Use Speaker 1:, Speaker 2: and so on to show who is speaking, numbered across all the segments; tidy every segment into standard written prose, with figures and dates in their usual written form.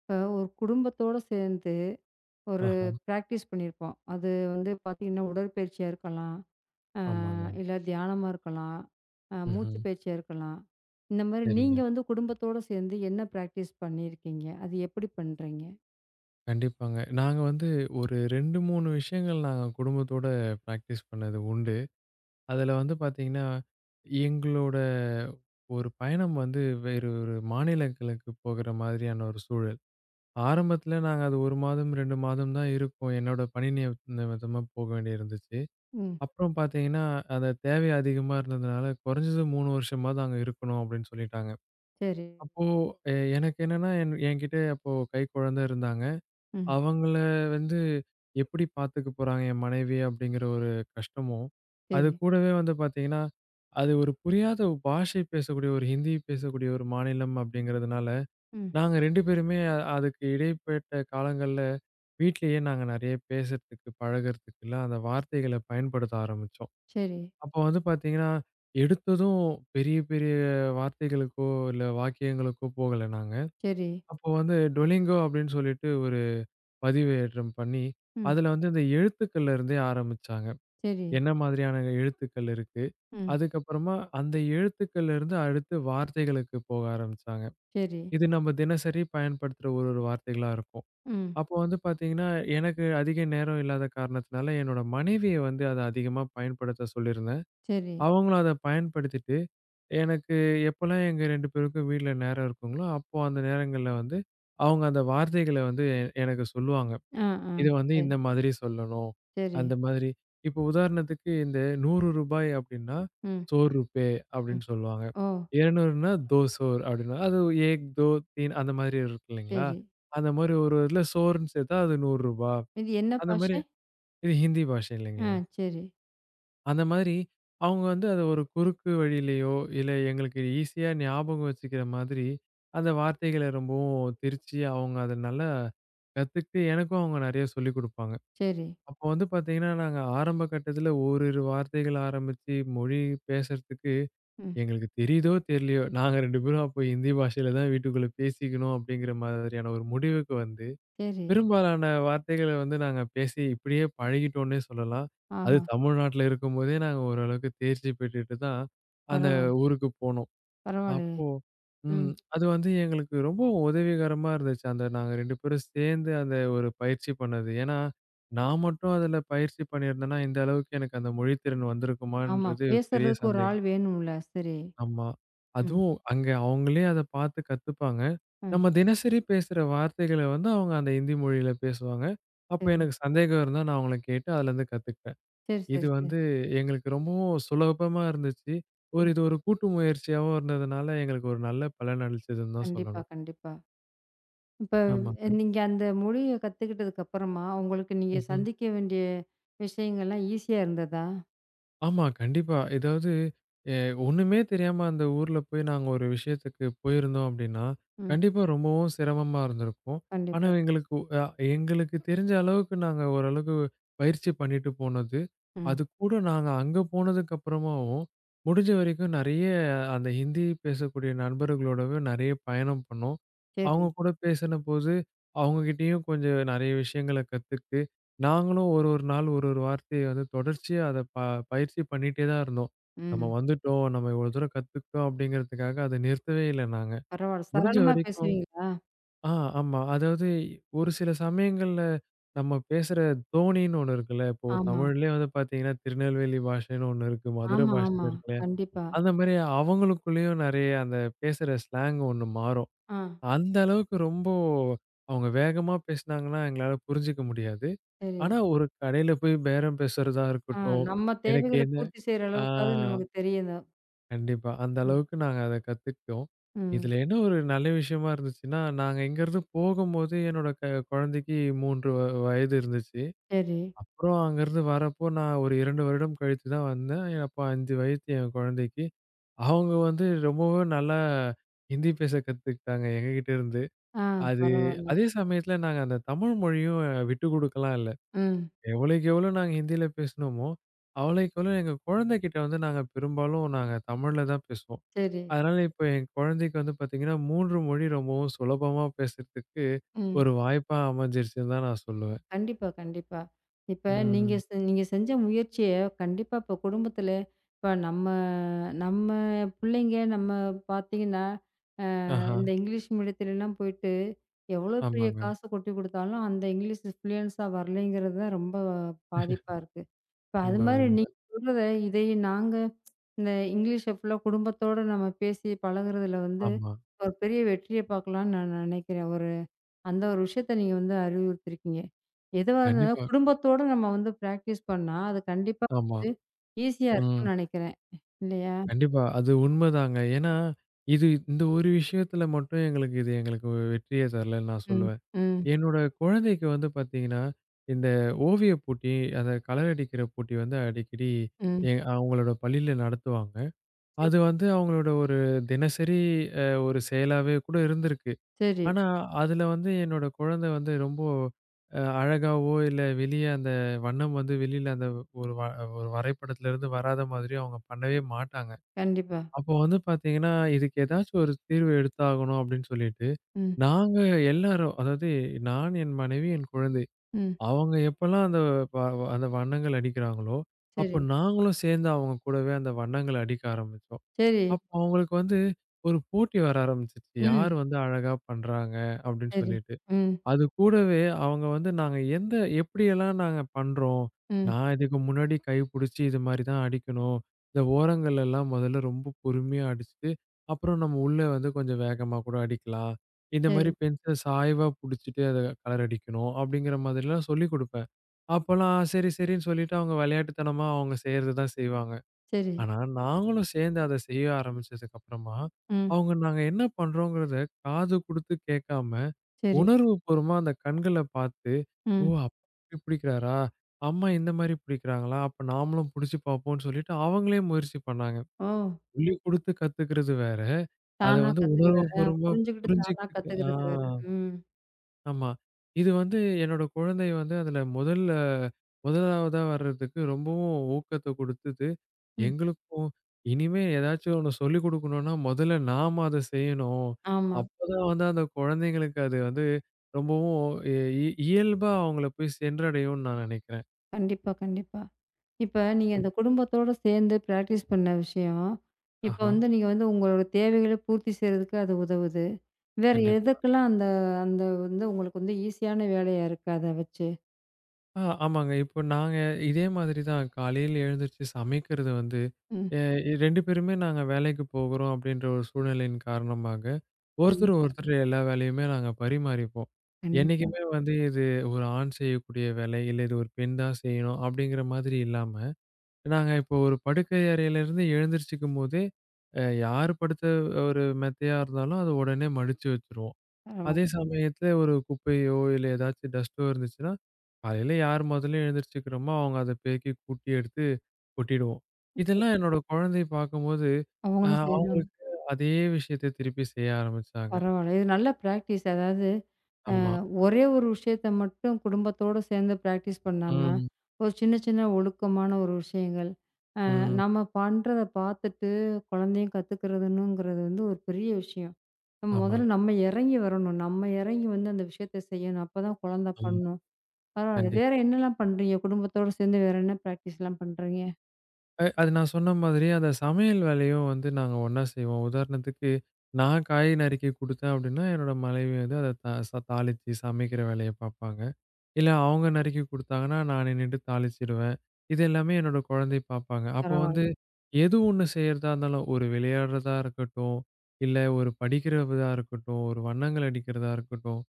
Speaker 1: இப்போ ஒரு குடும்பத்தோடு சேர்ந்து ஒரு
Speaker 2: ஆஹா!
Speaker 1: ப்ராக்டிஸ் பண்ணியிருப்போம். அது வந்து பார்த்தீங்கன்னா, உடற்பயிற்சியா இருக்கலாம், அ
Speaker 2: ஆமாங்க.
Speaker 1: இல்ல தியானமா இருக்கலாம்,
Speaker 2: ம்ஹ்ம்.
Speaker 1: மூச்சு பயிற்சியா இருக்கலாம். இந்த மாரி நீங்க
Speaker 2: சரிங்க.
Speaker 1: வந்து குடும்பத்தோட சேர்ந்து என்ன ப்ராக்டிஸ் பண்ணியிருக்கீங்க? அது எப்படி பண்றீங்க?
Speaker 2: கண்டிப்பாங்க. நாங்க வந்து ஒரு 2, 3 விஷயங்கள் நாங்க குடும்பத்தோட பிராக்டிஸ் பண்ணது உண்டு. அதுல வந்து பாத்தீங்கன்னா, எங்களோட ஒரு பயணம் வந்து வேறு ஒரு மாநிலங்களுக்கு போகுற மாதிரியான ஒரு சூழல். ஆரம்பத்துல நாங்க அது 1 மாதம், 2 மாதம் தான் இருக்கோம். என்னோட பணி நிமித்தமா போக வேண்டியிருந்துச்சு.
Speaker 1: ம்.
Speaker 2: அப்புறம் பாத்தீங்கன்னா, அந்த தேவை அதிகமா இருந்ததுனால, "குறைஞ்சது 3 வருஷமாவது அங்க இருக்கணும்" அப்படின்னு சொல்லிட்டாங்க.
Speaker 1: சரி.
Speaker 2: அப்போ எனக்கு என்னன்னா, என்கிட்ட அப்போ கைக்குழந்த இருந்தாங்க.
Speaker 1: ம்.
Speaker 2: அவங்கள வந்து எப்படி பார்த்துக்க போறாங்க என் மனைவி அப்படிங்கிற ஒரு கஷ்டமும், அது
Speaker 1: சரி.
Speaker 2: கூடவே வந்து பார்த்தீங்கன்னா, அது ஒரு புரியாத ஒரு பாஷை பேசக்கூடிய ஒரு ஹிந்தி பேசக்கூடிய ஒரு மாநிலம் அப்படிங்கிறதுனால,
Speaker 1: ம்.
Speaker 2: நாங்க 2 பேருமே அதுக்கு இடைப்பட்ட காலங்கள்ல வீட்லயே நாங்க நெறைய பேசுறதுக்கு, பழகுறதுக்குலாம் அந்த வார்த்தைகள பயன்படுத்த ஆரம்பிச்சோம்.
Speaker 1: சரி.
Speaker 2: அப்போ வந்து பார்த்தீங்கன்னா, எடுத்ததும் பெரிய பெரிய வார்த்தைகளுக்கோ, இல்ல வாக்கியங்களுக்கோ போகல நாங்க.
Speaker 1: சரி.
Speaker 2: அப்போ வந்து டொலிங்கோ அப்படின்னு சொல்லிட்டு ஒரு பதிவேற்றம் பண்ணி,
Speaker 1: ம்.
Speaker 2: அதுல வந்து இந்த எழுத்துக்கள்ல இருந்தே ஆரம்பிச்சாங்க.
Speaker 1: சரி.
Speaker 2: என்ன மாதிரியான எழுத்துக்கள் இருக்கு?
Speaker 1: ம்.
Speaker 2: அதுக்கப்புறமா அந்த எழுத்துக்கள்ல இருந்து அடுத்து வார்த்தைகளுக்கு போக ஆரம்பிச்சாங்க.
Speaker 1: சரி.
Speaker 2: இது நம்ம தினசரி பயன்படுத்துற ஒரு ஒரு வார்த்தைகளா இருக்கும்.
Speaker 1: ம்.
Speaker 2: அப்போ வந்து பார்த்தீங்கன்னா, எனக்கு அதிக நேரம் இல்லாத காரணத்தினால என்னோட மனைவிய வந்து அத அதிகமா பயன்படுத்த சொல்லியிருந்தேன்.
Speaker 1: சரி.
Speaker 2: அவங்களும் அத பயன்படுத்திட்டு எனக்கு எப்போலாம் எங்க 2 பேருக்கும் வீட்ல நேரம் இருக்குங்களோ, அப்போ அந்த நேரங்கள்ல வந்து, அவங்க அந்த வார்த்தைகள வந்து எனக்கு சொல்லுவாங்க.
Speaker 1: ஆ, ஆ.
Speaker 2: "இத வந்து
Speaker 1: சரி,
Speaker 2: இந்த மாதிரி சொல்லணும்."
Speaker 1: சரி.
Speaker 2: அந்த மாதிரி. இப்போ உதாரணத்துக்கு இந்த ரூ. 100 அப்படின்னா,
Speaker 1: ம்,
Speaker 2: "100 ரூபே"
Speaker 1: ம்.
Speaker 2: அப்படின்னு சொல்லுவாங்க.
Speaker 1: ஓ!
Speaker 2: 200ன்னா, "दो सौर" அப்படின்னா, அது 1, 2, 3 அந்த மாதிரி இருக்கு இல்லைங்களா?
Speaker 1: சரி.
Speaker 2: அந்த மாதிரி ஒரு இதில சோர்ன்னு சேர்த்தா அது ரூ. 100
Speaker 1: இது என்ன
Speaker 2: அந்த மாதிரி
Speaker 1: பாஷை?
Speaker 2: இது ஹிந்தி பாஷை
Speaker 1: ஆ.
Speaker 2: இல்லைங்களா?
Speaker 1: சரி,
Speaker 2: அந்த மாதிரி அவங்க வந்து அத ஒரு குறுக்கு வழியிலயோ, இல்ல எங்களுக்கு ஈஸியா ஞாபகம் வச்சுக்கிற மாதிரி, அந்த வார்த்தைகள ரொம்பவும் திரிச்சு, அவங்க அத நல்லா கத்துக்கிட்டு, எனக்கும் அவங்க நெறைய சொல்லிக் குடுப்பாங்க.
Speaker 1: சரி.
Speaker 2: அப்ப வந்து பார்த்தீங்கன்னா, நாங்க ஆரம்ப கட்டத்தில ஓரிரு வார்த்தைகள் ஆரம்பிச்சு, மொழி பேசறதுக்கு
Speaker 1: ம்.
Speaker 2: எங்களுக்கு தெரியுதோ, தெரியலையோ, நாங்க 2 பேரும் அப்போ ஹிந்தி பாஷையில தான் வீட்டுக்குள்ள பேசிக்கணும், அப்படிங்கிற மாதிரியான ஒரு முடிவுக்கு வந்து
Speaker 1: சரி.
Speaker 2: பெரும்பாலான வார்த்தைகள வந்து நாங்க பேசி இப்படியே பழகிட்டோம்னே சொல்லலாம். அது
Speaker 1: ஆஹா!
Speaker 2: தமிழ்நாட்டுல இருக்கும்போதே நாங்க ஓரளவுக்கு தேர்ச்சி பெற்றுட்டு தான் அந்த
Speaker 1: பரவால்ல,
Speaker 2: ஊருக்கு போனோம்.
Speaker 1: பரவாயில்லையே!
Speaker 2: அப்போ
Speaker 1: ம்.
Speaker 2: ம். அது வந்து எங்களுக்கு ரொம்ப உதவிகரமா இருந்துச்சு. அந்த நாங்க 2 பேரும் சேர்ந்து அந்த ஒரு பயிற்சி பண்ணது. ஏன்னா, நான் மட்டும் அதுல பயிற்சி பண்ணியிருந்தேன்னா, இந்த அளவுக்கு எனக்கு அந்த மொழித்திறன்
Speaker 1: ஆமா.
Speaker 2: வந்திருக்குமான்றது பெரிய
Speaker 1: பேசுறதுக்கு ஒரு ஆள்
Speaker 2: சந்தேகம்.
Speaker 1: வேணும்ல. சரி.
Speaker 2: ஆமா.
Speaker 1: ம்.
Speaker 2: அதுவும் அங்க அவங்களே அத பார்த்து கத்துப்பாங்க.
Speaker 1: ம்.
Speaker 2: நம்ம தினசரி பேசுற வார்த்தைகள வந்து அவங்க அந்த இந்தி மொழியில பேசுவாங்க. அப்ப
Speaker 1: சரி.
Speaker 2: எனக்கு சந்தேகம் இருந்தா நான் அவங்கள கேட்டு அதுலருந்து கத்துக்கிட்டேன்.
Speaker 1: சரி, சரி,
Speaker 2: இது
Speaker 1: சரி.
Speaker 2: வந்து எங்களுக்கு ரொம்பவும் சுலபமா இருந்துச்சு. ஒரு
Speaker 1: ம்.
Speaker 2: இது ஒரு கூட்டு முயற்சியாவும் இருந்ததுனால எங்களுக்கு ஒரு நல்ல பலன் அளிச்சதுன்னு தான்
Speaker 1: கண்டிப்பா,
Speaker 2: சொல்லணும்.
Speaker 1: கண்டிப்பா. இப்ப
Speaker 2: ஆமாங்க.
Speaker 1: நீங்க அந்த மொழிய கத்துக்கிட்டதுக்கு அப்புறமா, உங்களுக்கு நீங்க
Speaker 2: ம்ஹ்ம்.
Speaker 1: சந்திக்க வேண்டிய விஷயங்கள்லாம் ஈஸியா இருந்ததா?
Speaker 2: ஆமா, கண்டிப்பா. ஏதாவது எ ஒண்ணுமே தெரியாம அந்த ஊர்ல போய் நாங்க ஒரு விஷயத்துக்கு போயிருந்தோம் அப்படின்னா,
Speaker 1: ம்.
Speaker 2: கண்டிப்பா ரொம்பவும் சிரமமா இருந்திருக்கும். ஆனா
Speaker 1: கண்டிப்பா.
Speaker 2: எங்களுக்கு தெரிஞ்ச அளவுக்கு நாங்க ஓரளவுக்கு பயிற்சி பண்ணிட்டு போனது.
Speaker 1: ம்.
Speaker 2: அதுக்கூட நாங்க அங்க போனதுக்கு அப்புறமாவும், முடிஞ்ச வரைக்கும் நெறைய அந்த ஹிந்தி பேசக்கூடிய நண்பர்களோடவே நெறைய பயணம் பண்ணோம்.
Speaker 1: சரி.
Speaker 2: அவங்க கூட பேசினபோது, அவங்க கிட்டயும் கொஞ்சம் நெறைய விஷயங்கள நாங்களும் ஒரு ஒரு நாள் ஒரு ஒரு வார்த்தைய வந்து தொடர்ச்சியா அத பயிற்சி பண்ணிட்டே தான் இருந்தோம். நம்ம
Speaker 1: ம்.
Speaker 2: வந்துட்டோம், நம்ம இவ்வளோ தூரம் கத்துக்கிட்டோம் அப்படிங்கிறதுக்காக அத நிறுத்தவே இல்ல நாங்க.
Speaker 1: பரவால்ல.
Speaker 2: முடிஞ்ச
Speaker 1: சரளமா
Speaker 2: வரைக்கும்
Speaker 1: பேசுவீங்களா?
Speaker 2: ஆ ஆமா. அதாவது ஒரு சில சமயங்கள்ல நம்ம பேசுற தோணின்னு ஒண்ணு இருக்குல்ல. இப்போ
Speaker 1: ஆமா.
Speaker 2: தமிழ்லயே வந்து பார்த்தீங்கன்னா, திருநெல்வேலி பாஷைன்னு ஒண்ணு இருக்கு. மதுரை
Speaker 1: ஆமா, ஆமா.
Speaker 2: பாஷைன்னு இருக்குல்ல.
Speaker 1: கண்டிப்பா.
Speaker 2: அந்த மாரி அவங்களுக்குள்ளேயும் நெறைய அந்த பேசுற ஸ்லாங் ஒண்ணு மாறும்.
Speaker 1: ஆ.
Speaker 2: அந்த அளவுக்கு ரொம்ப அவங்க வேகமா பேசினாங்கன்னா எங்களால புரிஞ்சுக்க முடியாது.
Speaker 1: சரி.
Speaker 2: ஆனா, ஒரு கடையில போய் பேரம் பேசுறதா
Speaker 1: ஆ.
Speaker 2: இருக்கட்டும்,
Speaker 1: நம்ம
Speaker 2: எனக்கு
Speaker 1: தேவைகள
Speaker 2: என்ன
Speaker 1: பூர்த்தி செய்ற
Speaker 2: ஆ
Speaker 1: அளவுக்காவது நமக்கு தெரியணும்.
Speaker 2: கண்டிப்பா. அந்த
Speaker 1: ம்.
Speaker 2: அளவுக்கு நாங்க அத கத்துக்கிட்டோம்.
Speaker 1: ம்.
Speaker 2: இதுல என்ன ஒரு நல்ல விஷயமா இருந்துச்சுன்னா, நாங்க இங்கருந்து போகும்போது என்னோட குழந்தைக்கு 3 வயது இருந்துச்சு.
Speaker 1: சரி.
Speaker 2: அப்புறம் அங்கருந்து வரப்போ நான் ஒரு 2 வருடம் கழித்து தான் வந்தேன். அப்போ 5 வயது என் குழந்தைக்கு. அவங்க வந்து ரொம்பவே நல்லா ஹிந்தி பேச கத்துக்கிட்டாங்க எங்ககிட்ட இருந்து.
Speaker 1: ஆ.
Speaker 2: அது
Speaker 1: பரவால்ல.
Speaker 2: அதே சமயத்துல நாங்க அந்த தமிழ் மொழியும் விட்டு குடுக்கலாம் இல்ல.
Speaker 1: ம்.
Speaker 2: எவ்வளோக்கு எவ்வளோ நாங்க ஹிந்தியில பேசினோமோ, அவ்வளோக்கு எவ்வளோ எங்க குழந்தைகிட்ட வந்து நாங்க பெரும்பாலும் நாங்க தமிழ்ல தான் பேசுவோம்.
Speaker 1: சரி.
Speaker 2: அதனால இப்ப என் குழந்தைக்கு வந்து பார்த்தீங்கன்னா, 3 மொழி ரொம்பவும் சுலபமா பேசுறதுக்கு
Speaker 1: ம்.
Speaker 2: ஒரு வாய்ப்பா அமைஞ்சிருச்சுன்னு தான் நான் சொல்லுவேன்.
Speaker 1: கண்டிப்பா, கண்டிப்பா. இப்ப
Speaker 2: ம்.
Speaker 1: நீங்க செஞ்ச முயற்சிய கண்டிப்பா இப்ப குடும்பத்தில இப்ப நம்ம நம்ம பிள்ளைங்க நம்ம பார்த்தீங்கன்னா,
Speaker 2: ஆஹா.
Speaker 1: இந்த இங்கிலீஷ் மீடியத்துலலாம் போயிட்டு எவ்வளோ பெரிய
Speaker 2: ஆமாங்க.
Speaker 1: காசு கொட்டி குடுத்தாலும், அந்த இங்கிலீஷ் ஃப்ளூயன்ஸா வரலைங்கிறது தான் ரொம்ப பாதிப்பா இருக்கு. இப்ப அது
Speaker 2: உண்ம,
Speaker 1: மாரி நீங்க
Speaker 2: உண்ம.
Speaker 1: சொல்றத இதை நாங்க இந்த இங்கிலீஷ ஃபுல்லா குடும்பத்தோட நம்ம பேசி பழகுறதுல வந்து
Speaker 2: ஆமா.
Speaker 1: ஒரு பெரிய வெற்றிய பார்க்கலான்னு நான் நினைக்கிறேன். அந்த ஒரு விஷயத்த நீங்க வந்து அறிவுறுத்திருக்கீங்க. எதுவா இருந்தாலும்
Speaker 2: கண்டிப்பா.
Speaker 1: குடும்பத்தோட நம்ம வந்து பிராக்டிஸ் பண்ணா, அது கண்டிப்பா
Speaker 2: ஆமா.
Speaker 1: வந்து ஈஸியா
Speaker 2: ம்.
Speaker 1: இருக்கும்னு நெனைக்கிறேன். இல்லையா?
Speaker 2: கண்டிப்பா. அது உண்மதாங்க. ஏன்னா, இந்த ஒரு விஷயத்துல மட்டும் எங்களுக்கு எங்களுக்கு வெற்றியே தரலன்னு நான்
Speaker 1: ம்,
Speaker 2: சொல்லுவேன்.
Speaker 1: ம்,
Speaker 2: என்னோட குழந்தைக்கு வந்து பார்த்தீங்கன்னா, இந்த ஓவிய போட்டி, அத கலர் அடிக்கிற போட்டி வந்து அடிக்கடி
Speaker 1: ம்.
Speaker 2: அவங்களோட பள்ளியில நடத்துவாங்க.
Speaker 1: சரி,
Speaker 2: அது வந்து அவங்களோட ஒரு தினசரி ஒரு செயலாவே கூட இருந்திருக்கு.
Speaker 1: சரி.
Speaker 2: ஆனா, அதுல வந்து என்னோட குழந்தை வந்து ரொம்ப அழகாவோ, இல்ல வெளிய அந்த வண்ணம் வந்து வெளியில அந்த ஒரு வ ஒரு வரைபடத்துலருந்து வராத மாதிரி அவங்க பண்ணவே மாட்டாங்க.
Speaker 1: கண்டிப்பா.
Speaker 2: அப்போ வந்து பார்த்தீங்கன்னா, இதுக்கு ஏதாச்சும் ஒரு தீர்வு எடுத்தாகணும் அப்படின்னு சொல்லிட்டு,
Speaker 1: ம்,
Speaker 2: நாங்க எல்லாரும் அதாவது நான், என் மனைவி, என் குழந்தை.
Speaker 1: ம்.
Speaker 2: அவங்க எப்பலாம் அந்த வ வ அந்த வண்ணங்கள் அடிக்கிறாங்களோ,
Speaker 1: சரி,
Speaker 2: அப்போ நாங்களும் சேர்ந்து அவங்க கூடவே அந்த வண்ணங்கள் அடிக்க ஆரம்பிச்சோம்.
Speaker 1: சரி.
Speaker 2: அப்போ அவங்களுக்கு வந்து ஒரு போட்டி வர ஆரம்பிச்சுச்சு.
Speaker 1: ம்.
Speaker 2: யார் வந்து அழகா பண்றாங்க அப்படின்னு
Speaker 1: சரி.
Speaker 2: சொல்லிட்டு.
Speaker 1: ம்,
Speaker 2: அது கூடவே அவங்க வந்து நாங்க எந்த எப்படியெல்லாம் நாங்க பண்றோம்.
Speaker 1: ம்.
Speaker 2: நான் இதுக்கு முன்னாடி கை புடிச்சு இது மாரி தான் அடிக்கணும். இந்த ஓரங்கள் எல்லாம் முதல்ல ரொம்ப பொறுமையா அடிச்சுட்டு, அப்புறம் நம்ம உள்ள வந்து கொஞ்சம் வேகமா கூட அடிக்கலாம். இந்த மாரி
Speaker 1: சரி,
Speaker 2: பென்சில் சாய்வா புடிச்சுட்டு அத கலர் அடிக்கணும். அப்படிங்கிற மாதிரிலாம் சொல்லிக் குடுப்பேன். அப்பலாம் சரி, சரின்னு சொல்லிட்டு அவங்க விளையாட்டுத்தனமா அவங்க செய்யறது தான் செய்வாங்க.
Speaker 1: சரி.
Speaker 2: ஆனா நாங்களும் சேர்ந்து அத செய்ய ஆரம்பிச்சதுக்கு அப்புறமா,
Speaker 1: ம்.
Speaker 2: அவங்க நாங்க என்ன பண்றோங்கிறத காது குடுத்து கேட்காம
Speaker 1: சரி.
Speaker 2: உணர்வுபூர்வமா அந்த கண்கள பார்த்து, ஓ!
Speaker 1: ம்.
Speaker 2: அப்படி பிடிக்கிறாரா? அம்மா இந்த மாரி பிடிக்கிறாங்களா? அப்ப நாமளும் பிடிச்சு பார்ப்போம்ன்னு சொல்லிட்டு அவங்களே முயற்சி பண்ணாங்க.
Speaker 1: ஓ!
Speaker 2: சொல்லிக் குடுத்து கத்துக்கிறது வேற. அத
Speaker 1: தானா
Speaker 2: வந்து
Speaker 1: கத்துக்கிறது.
Speaker 2: உணர்வுபூர்வமா
Speaker 1: புரிஞ்சுகிட்டு தானா
Speaker 2: புரிஞ்சுக்கிட்டு
Speaker 1: கத்துக்கிறது வேற. ம்,
Speaker 2: ஆமா. இது வந்து என்னோட குழந்தை வந்து அதுல முதல்ல முதலாவதா வர்றதுக்கு ரொம்பவும் ஊக்கத்த குடுத்தது.
Speaker 1: ம்.
Speaker 2: எங்களுக்கும் இனிமே ஏதாச்சும் ஒண்ணு சொல்லிக் குடுக்கணும்னா, முதல்ல நாம அத செய்யணும்.
Speaker 1: ஆமா.
Speaker 2: அப்பதான் வந்து அந்த குழந்தைங்களுக்கு அது வந்து ரொம்பவும் இ இ இயல்பா அவங்கள போய் சென்றடையும்னு நான் நினைக்கிறேன்.
Speaker 1: கண்டிப்பா, கண்டிப்பா. இப்ப நீங்க அந்த குடும்பத்தோட சேர்ந்து பிராக்டிஸ் பண்ண விஷயம், இப்ப
Speaker 2: ஆஹா,
Speaker 1: வந்து நீங்க வந்து உங்களோட தேவைகள பூர்த்தி செய்றதுக்கு அது உதவுது. வேற
Speaker 2: கண்டிப்பா.
Speaker 1: எதுக்கெல்லாம் அந்த அந்த வந்து உங்களுக்கு வந்து ஈஸியான வேலையா இருக்கு அத வச்சு?
Speaker 2: ஆமாங்க. இப்போ நாங்க இதே மாதிரி தான் காலையில எழுந்திருச்சு சமைக்கிறது வந்து,
Speaker 1: ம்.
Speaker 2: எ 2 பேருமே நாங்க வேலைக்கு போகிறோம் அப்படின்ற ஒரு சூழ்நிலையின் காரணமாக,
Speaker 1: ம்.
Speaker 2: ஒருத்தர் ம். ஒருத்தர் எல்லா வேலையுமே நாங்க பரிமாறிப்போம்.
Speaker 1: கண்டிப்பா.
Speaker 2: என்னைக்குமே வந்து இது ஒரு ஆண் செய்யக்கூடிய வேலை, இல்ல இது ஒரு பெண் தான் செய்யணும் அப்படிங்கிற மாதிரி இல்லாம, நாங்க இப்போ ஒரு படுக்கை அறையிலிருந்து எழுந்திரிச்சுக்கும்போதே, அ யார் படுத்த ஒரு மெத்தையா இருந்தாலும், அத உடனே மடிச்சு வச்சுருவோம்.
Speaker 1: பரவால்ல.
Speaker 2: அதே சமயத்துல ஒரு குப்பையோ, இல்ல ஏதாச்சும் டஸ்ட்டோ இருந்துச்சுன்னா, காலையில யார் முதல்ல எழுந்திரிச்சுக்கிறோமோ, அவங்க அத பெருக்கி கூட்டி எடுத்து கொட்டிடுவோம். இதெல்லாம் என்னோட குழந்தை பார்க்கும்போது, அ
Speaker 1: அவங்களும் செய்றாங்க.
Speaker 2: அவங்களுக்கு அதே விஷயத்த திருப்பி செய்ய ஆரம்பிச்சாங்க.
Speaker 1: பரவால்ல. இது நல்ல பிராக்டிஸ். அதாவது அ
Speaker 2: ஆமா.
Speaker 1: ஒரே ஒரு விஷயத்த மட்டும் குடும்பத்தோட சேர்ந்து பிராக்டிஸ் பண்ணாம,
Speaker 2: ம்.
Speaker 1: ஒரு சின்ன சின்ன ஒழுக்கமான ஒரு விஷயங்கள்.
Speaker 2: ம்.
Speaker 1: நம்ம பண்றத பார்த்துட்டு குழந்தையும் கத்துக்கிறதுன்னுங்கிறது வந்து ஒரு பெரிய விஷயம்.
Speaker 2: ஆமாங்க.
Speaker 1: முதல்ல நம்ம இறங்கி வரணும். நம்ம இறங்கி வந்து அந்த விஷயத்த செய்யணும். அப்பதான் குழந்தை
Speaker 2: ஆமா.
Speaker 1: பண்ணும். பரவால்ல. வேற
Speaker 2: கண்டிப்பா.
Speaker 1: என்னலாம் பண்றீங்க? குடும்பத்தோட சேர்ந்து வேற என்ன பிராக்டிஸ்லாம் பண்றீங்க?
Speaker 2: அது நான் சொன்ன மாதிரி அந்த சமையல் வேலையும் வந்து நாங்க ஒண்ணா செய்வோம். உதாரணத்துக்கு, நான் காய் நறுக்கி குடுத்தேன் அப்படின்னா, என்னோட மனைவி வந்து அத த ச தாளிச்சு சமைக்கிற வேலைய பார்ப்பாங்க. இல்ல அவங்க நறுக்கி குடுத்தாங்கன்னா, நான் நின்னுட்டு தாளிச்சிடுவேன். இது எல்லாமே என்னோட குழந்தை பார்ப்பாங்க. அப்போ
Speaker 1: பரவால்ல.
Speaker 2: வந்து எது ஒண்ணு செய்யறதா இருந்தாலும், ஒரு விளையாடுறதா இருக்கட்டும், இல்ல ஒரு படிக்கிறதா இருக்கட்டும், ஒரு வண்ணங்கள் அடிக்கிறதா இருக்கட்டும்,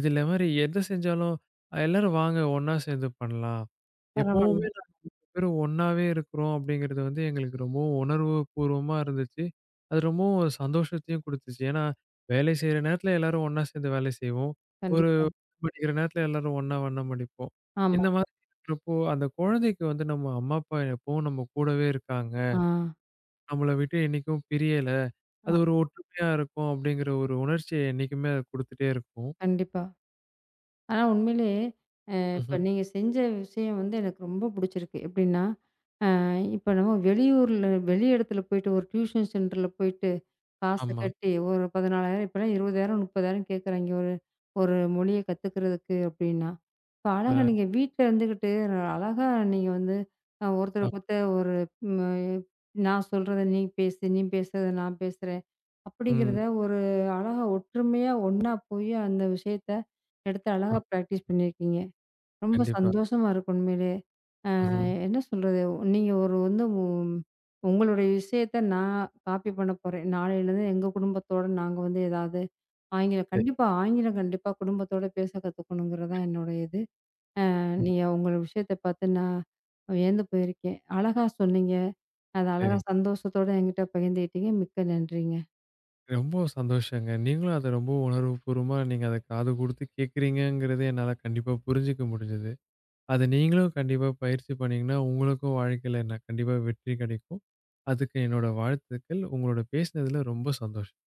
Speaker 2: இதுல மாரி எது செஞ்சாலும், "எல்லாரும் வாங்க ஒண்ணா சேர்ந்து பண்ணலாம்."
Speaker 1: பரவால்ல.
Speaker 2: எப்பவுமே நாங்க பேரும் ஒண்ணாவே இருக்கிறோம் அப்படிங்கிறது வந்து எங்களுக்கு ரொம்பவும் உணர்வு பூர்வமா இருந்துச்சு. அது ரொம்பவும் ஒரு சந்தோஷத்தையும் குடுத்துச்சு. ஏன்னா, வேலை செய்ற நேரத்துல எல்லாரும் ஒண்ணா சேர்ந்து வேலை செய்வோம். ஒரு
Speaker 1: கண்டிப்பா.
Speaker 2: படிக்கிற நேரத்துல எல்லாரும் ஒண்ணா வண்ணம் அடிப்போம்.
Speaker 1: ஆமா.
Speaker 2: இந்த மாதிரி இருக்கிறப்போ, அந்த குழந்தைக்கு வந்து நம்ம அம்மா, அப்பா எப்பவும் நம்ம கூடவே இருக்காங்க.
Speaker 1: ஆ.
Speaker 2: நம்மள விட்டு என்னைக்கும் பிரியல. அது
Speaker 1: ஆமா.
Speaker 2: ஒரு ஒற்றுமையா இருக்கும் அப்படிங்கிற ஒரு உணர்ச்சிய என்னைக்குமே அது குடுத்துட்டே இருக்கும்.
Speaker 1: கண்டிப்பா. ஆனா உண்மையிலேயே இப்ப
Speaker 2: ம்ஹ்ம்.
Speaker 1: நீங்க செஞ்ச விஷயம் வந்து எனக்கு ரொம்ப புடிச்சிருக்கு. எப்படின்னா, அ இப்ப நம்ம வெளியூர்ல வெளி இடத்துல போயிட்டு ஒரு டியூஷன் சென்டர்ல போயிட்டு காச
Speaker 2: ஆமா.
Speaker 1: கட்டி ஒரு 14,000 இப்பலாம் 20,000, 30,000 கேட்குறாய்ங்க ஒரு ஒரு மொழிய கத்துக்கிறதுக்கு அப்டின்னா. இப்ப அழகா ஆமா.
Speaker 2: அ
Speaker 1: நீங்க வீட்ல இருந்துகிட்டு அழகா நீங்க வந்து அ ஒருத்தருக்கு ஒருத்தர் ஒரு ம் நான் சொல்றத நீ பேசு, நீ பேசுறத நான் பேசுறேன்.
Speaker 2: ம்.
Speaker 1: அப்படிங்கிறத ம். ஒரு அழகா ஒற்றுமையா ஒண்ணா போய் அந்த விஷயத்த எடுத்து
Speaker 2: ஆ
Speaker 1: அழகா பிராக்டிஸ் பண்ணியிருக்கீங்க. ரொம்ப
Speaker 2: கண்டிப்பா.
Speaker 1: சந்தோஷமா இருக்கு உண்மையிலே.
Speaker 2: ம்ஹ்ம்.
Speaker 1: என்ன சொல்றது? நீங்க ஒரு வந்து உங்களுடைய விஷயத்த நான் காப்பி பண்ண போறேன். நாளையிலேருந்து எங்க குடும்பத்தோட நாங்க வந்து ஏதாவது ஆங்கிலம்
Speaker 2: சரி,
Speaker 1: கண்டிப்பா ஆங்கிலம் கண்டிப்பா குடும்பத்தோட பேச கத்துக்கணுங்கிறது தான் என்னுடைய இது. நீங்க உங்க விஷயத்த பார்த்து நான் வியந்து போயிருக்கேன். அழகா சொன்னீங்க. அத அழகா
Speaker 2: சரிங்க.
Speaker 1: சந்தோஷத்தோட என்கிட்ட பகிர்ந்துக்கிட்டீங்க. மிக்க நன்றிங்க.
Speaker 2: ரொம்ப சந்தோஷங்க. நீங்களும் அத ரொம்ப உணர்வுபூர்வமா நீங்க அத காது குடுத்து கேட்கிறீங்கங்கிறது என்னால கண்டிப்பா புரிஞ்சுக்க முடிஞ்சது. அத நீங்களும் கண்டிப்பா பயிற்சி பண்ணீங்கன்னா, உங்களுக்கும் வாழ்க்கையில நான் கண்டிப்பா வெற்றி கிடைக்கும். அதுக்கு என்னோட வாழ்த்துக்கள். உங்களோட பேசினதுல ரொம்ப சந்தோஷம்.